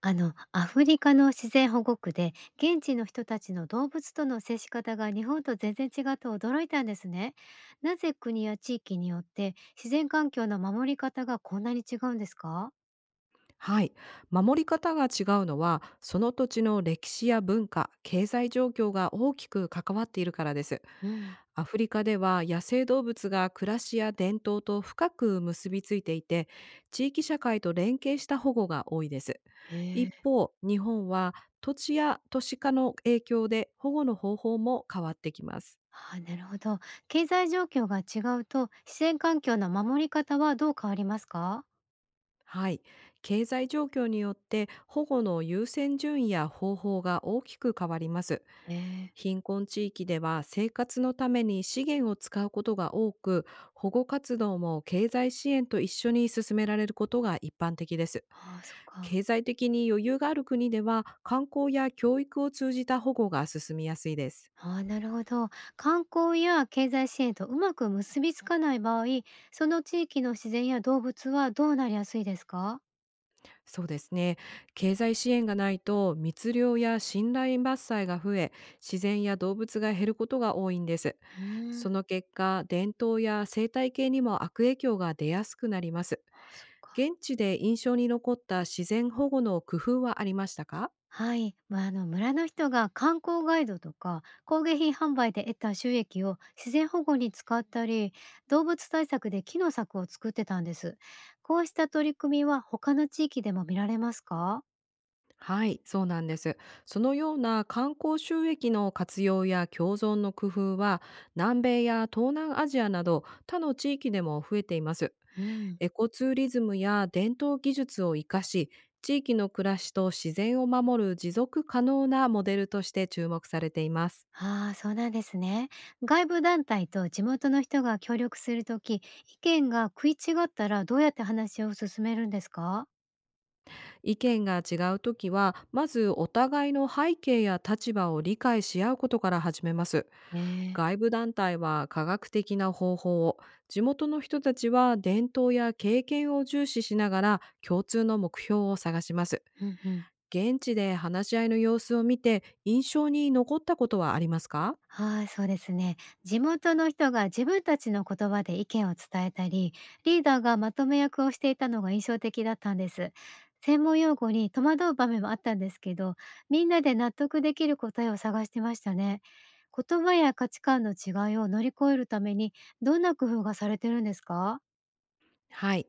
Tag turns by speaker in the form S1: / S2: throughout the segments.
S1: アフリカの自然保護区で、現地の人たちの動物との接し方が日本と全然違って驚いたんですね。なぜ国や地域によって自然環境の守り方がこんなに違うんですか？
S2: はい。守り方が違うのは、その土地の歴史や文化、経済状況が大きく関わっているからです。
S1: うん。
S2: アフリカでは野生動物が暮らしや伝統と深く結びついていて、地域社会と連携した保護が多いです。
S1: へ
S2: 一
S1: え。
S2: 方、日本は土地や都市化の影響で保護の方法も変わってきます。
S1: ああ、なるほど。経済状況が違うと、自然環境の守り方はどう変わりますか？
S2: はい。経済状況によって保護の優先順位や方法が大きく変わります。
S1: へえ。
S2: 貧困地域では生活のために資源を使うことが多く、保護活動も経済支援と一緒に進められることが一般的です。
S1: ああ、そっか。
S2: 経済的に余裕がある国では観光や教育を通じた保護が進みやすいです。
S1: ああ、なるほど。観光や経済支援とうまく結びつかない場合、その地域の自然や動物はどうなりやすいですか？
S2: そうですね。経済支援がないと密猟や信頼伐採が増え、自然や動物が減ることが多いんです。
S1: うー
S2: そ
S1: ん、
S2: の結果、伝統や生態系にも悪影響が出やすくなります。
S1: ああ、そっか。
S2: 現地で印象に残った自然保護の工夫はありましたか？
S1: はい。まあ、村の人が観光ガイドとか工芸品販売で得た収益を自然保護に使ったり、動物対策で木の柵を作ってたんです。こうした取り組みは他の地域でも見られますか？
S2: はい、そうなんです。そのような観光収益の活用や共存の工夫は、南米や東南アジアなど他の地域でも増えています。
S1: うん。
S2: エコツーリズムや伝統技術を生かし、地域の暮らしと自然を守る持続可能なモデルとして注目されています。
S1: ああ、そうなんですね。外部団体と地元の人が協力するとき、意見が食い違ったらどうやって話を進めるんですか？
S2: 意見が違うときは、まずお互いの背景や立場を理解し合うことから始めます。
S1: ええ。
S2: 外部団体は科学的な方法を、地元の人たちは伝統や経験を重視しながら共通の目標を探します。
S1: うんうん。
S2: 現地で話し合いの様子を見て印象に残ったことはありますか？
S1: はい、そうですね。地元の人が自分たちの言葉で意見を伝えたり、リーダーがまとめ役をしていたのが印象的だったんです。専門用語に戸惑う場面もあったんですけど、みんなで納得できる答えを探してましたね。言葉や価値観の違いを乗り越えるために、どんな工夫がされてるんですか？
S2: はい。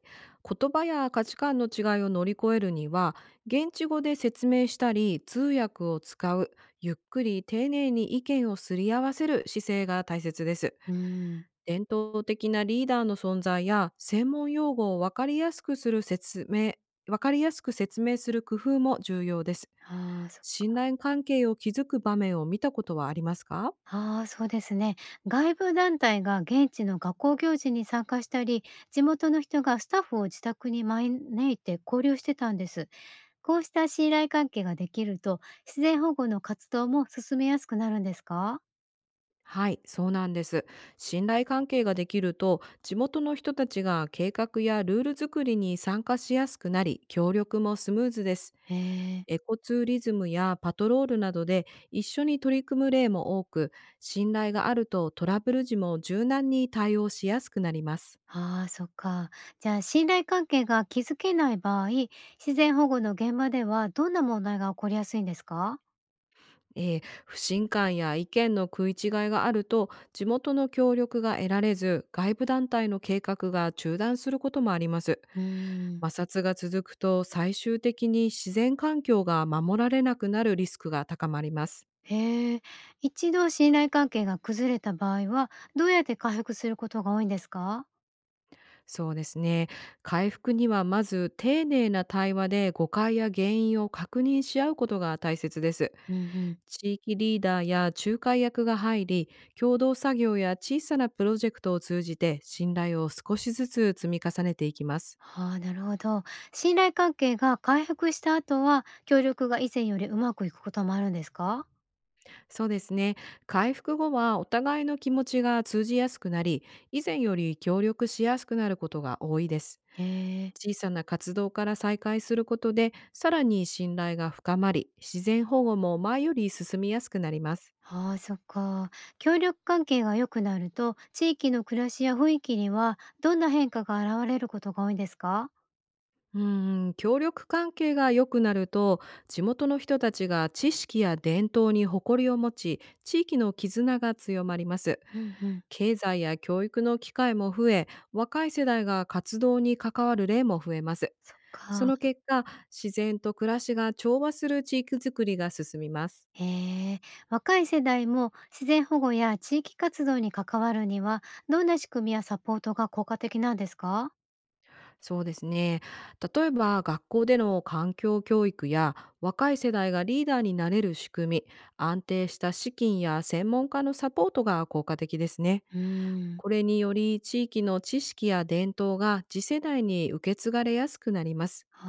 S2: 言葉や価値観の違いを乗り越えるには、現地語で説明したり、通訳を使う、ゆっくり丁寧に意見をすり合わせる姿勢が大切です。
S1: うん、
S2: 伝統的なリーダーの存在や、専門用語を分かりやすくする説明、分かりやすく説明する工夫も重要です。
S1: ああー、
S2: 信頼関係を築く場面を見たことはありますか？
S1: ああ、そうですね。外部団体が現地の学校行事に参加したり、地元の人がスタッフを自宅に招いて交流してたんです。こうした信頼関係ができると、自然保護の活動も進めやすくなるんですか？
S2: はい、そうなんです。信頼関係ができると、地元の人たちが計画やルール作りに参加しやすくなり、協力もスムーズです。
S1: へえ。
S2: エコツーリズムやパトロールなどで一緒に取り組む例も多く、信頼があるとトラブル時も柔軟に対応しやすくなります。
S1: ああ、そっか。じゃあ、信頼関係が築けない場合、自然保護の現場ではどんな問題が起こりやすいんですか？
S2: 不信感や意見の食い違いがあると、地元の協力が得られず、外部団体の計画が中断することもあります。
S1: うーん。
S2: 摩擦が続くと、最終的に自然環境が守られなくなるリスクが高まります。
S1: へえ、一度信頼関係が崩れた場合は、どうやって回復することが多いんですか？
S2: そうですね。回復にはまず丁寧な対話で誤解や原因を確認し合うことが大切です。
S1: うんうん。
S2: 地域リーダーや仲介役が入り、共同作業や小さなプロジェクトを通じて信頼を少しずつ積み重ねていきます。
S1: ああ、なるほど。信頼関係が回復した後は、協力が以前よりうまくいくこともあるんですか？
S2: そうですね。回復後はお互いの気持ちが通じやすくなり、以前より協力しやすくなることが多いです。
S1: へえ。
S2: 小さな活動から再開することで、さらに信頼が深まり、自然保護も前より進みやすくなります。
S1: ああ、そっか。協力関係が良くなると、地域の暮らしや雰囲気にはどんな変化が現れることが多いんですか？
S2: うーん、協力関係が良くなると、地元の人たちが知識や伝統に誇りを持ち、地域の絆が強まります。
S1: うんうん。
S2: 経済や教育の機会も増え、若い世代が活動に関わる例も増えます。
S1: そっ
S2: そ
S1: か。
S2: の結果、自然と暮らしが調和する地域づくりが進みます。
S1: へえ、若い世代も自然保護や地域活動に関わるには、どんな仕組みやサポートが効果的なんですか？
S2: そうですね。例えば学校での環境教育や、若い世代がリーダーになれる仕組み、安定した資金や専門家のサポートが効果的ですね。
S1: うーん。
S2: これにより地域の知識や伝統が次世代に受け継がれやすくなります。
S1: あ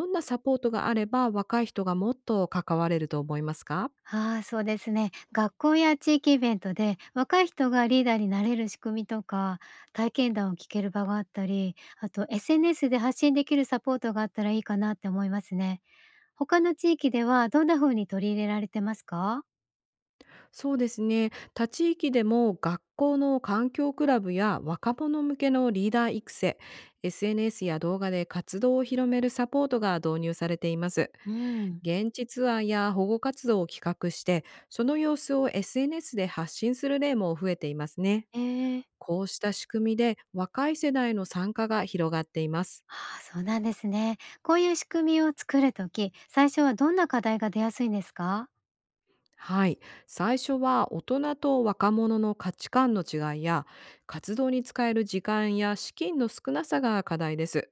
S1: あ、
S2: んなサポートがあれば若い人がもっと関われると思いますか？
S1: ああ、そうですね。学校や地域イベントで若い人がリーダーになれる仕組みとか、体験談を聞ける場があったり、あと SNS で発信できるサポートがあったらいいかなって思いますね。他の地域ではどんな風に取り入れられてますか？
S2: そうですね。他地域でも学校の環境クラブや若者向けのリーダー育成、SNS や動画で活動を広めるサポートが導入されています。
S1: うん。
S2: 現地ツアーや保護活動を企画して、その様子を SNS で発信する例も増えていますね。
S1: ええ。
S2: こうした仕組みで若い世代の参加が広がっています。
S1: ああ、そうなんですね。こういう仕組みを作るとき最初はどんな課題が出やすいんですか？
S2: はい、最初は大人と若者の価値観の違いや、活動に使える時間や資金の少なさが課題です。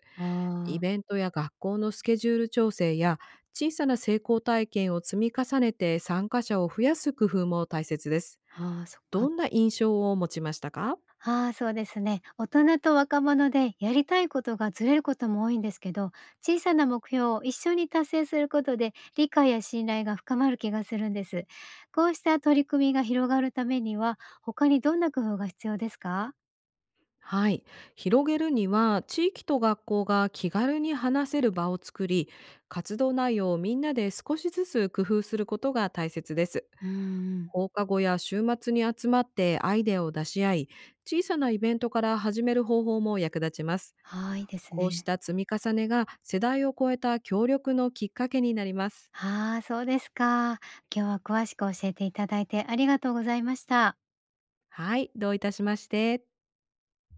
S2: イ
S1: ああ、
S2: ベントや学校のスケジュール調整や、小さな成功体験を積み重ねて参加者を増やす工夫も大切です。
S1: ああ、そっか。
S2: どんな印象を持ちましたか？
S1: ああ、そうですね。大人と若者でやりたいことがずれることも多いんですけど、小さな目標を一緒に達成することで理解や信頼が深まる気がするんです。こうした取り組みが広がるためには、他にどんな工夫が必要ですか？
S2: はい、広げるには地域と学校が気軽に話せる場を作り、活動内容をみんなで少しずつ工夫することが大切です。
S1: うんん。
S2: 放課後や週末に集まってアイデアを出し合い、小さなイベントから始める方法も役立ちます。
S1: はい、いいです
S2: こうし
S1: ね。
S2: た積み重ねが世代を超えた協力のきっかけになります。
S1: ああ、そうですか。今日は詳しく教えていただいてありがとうございました。
S2: はい、どういたしまして。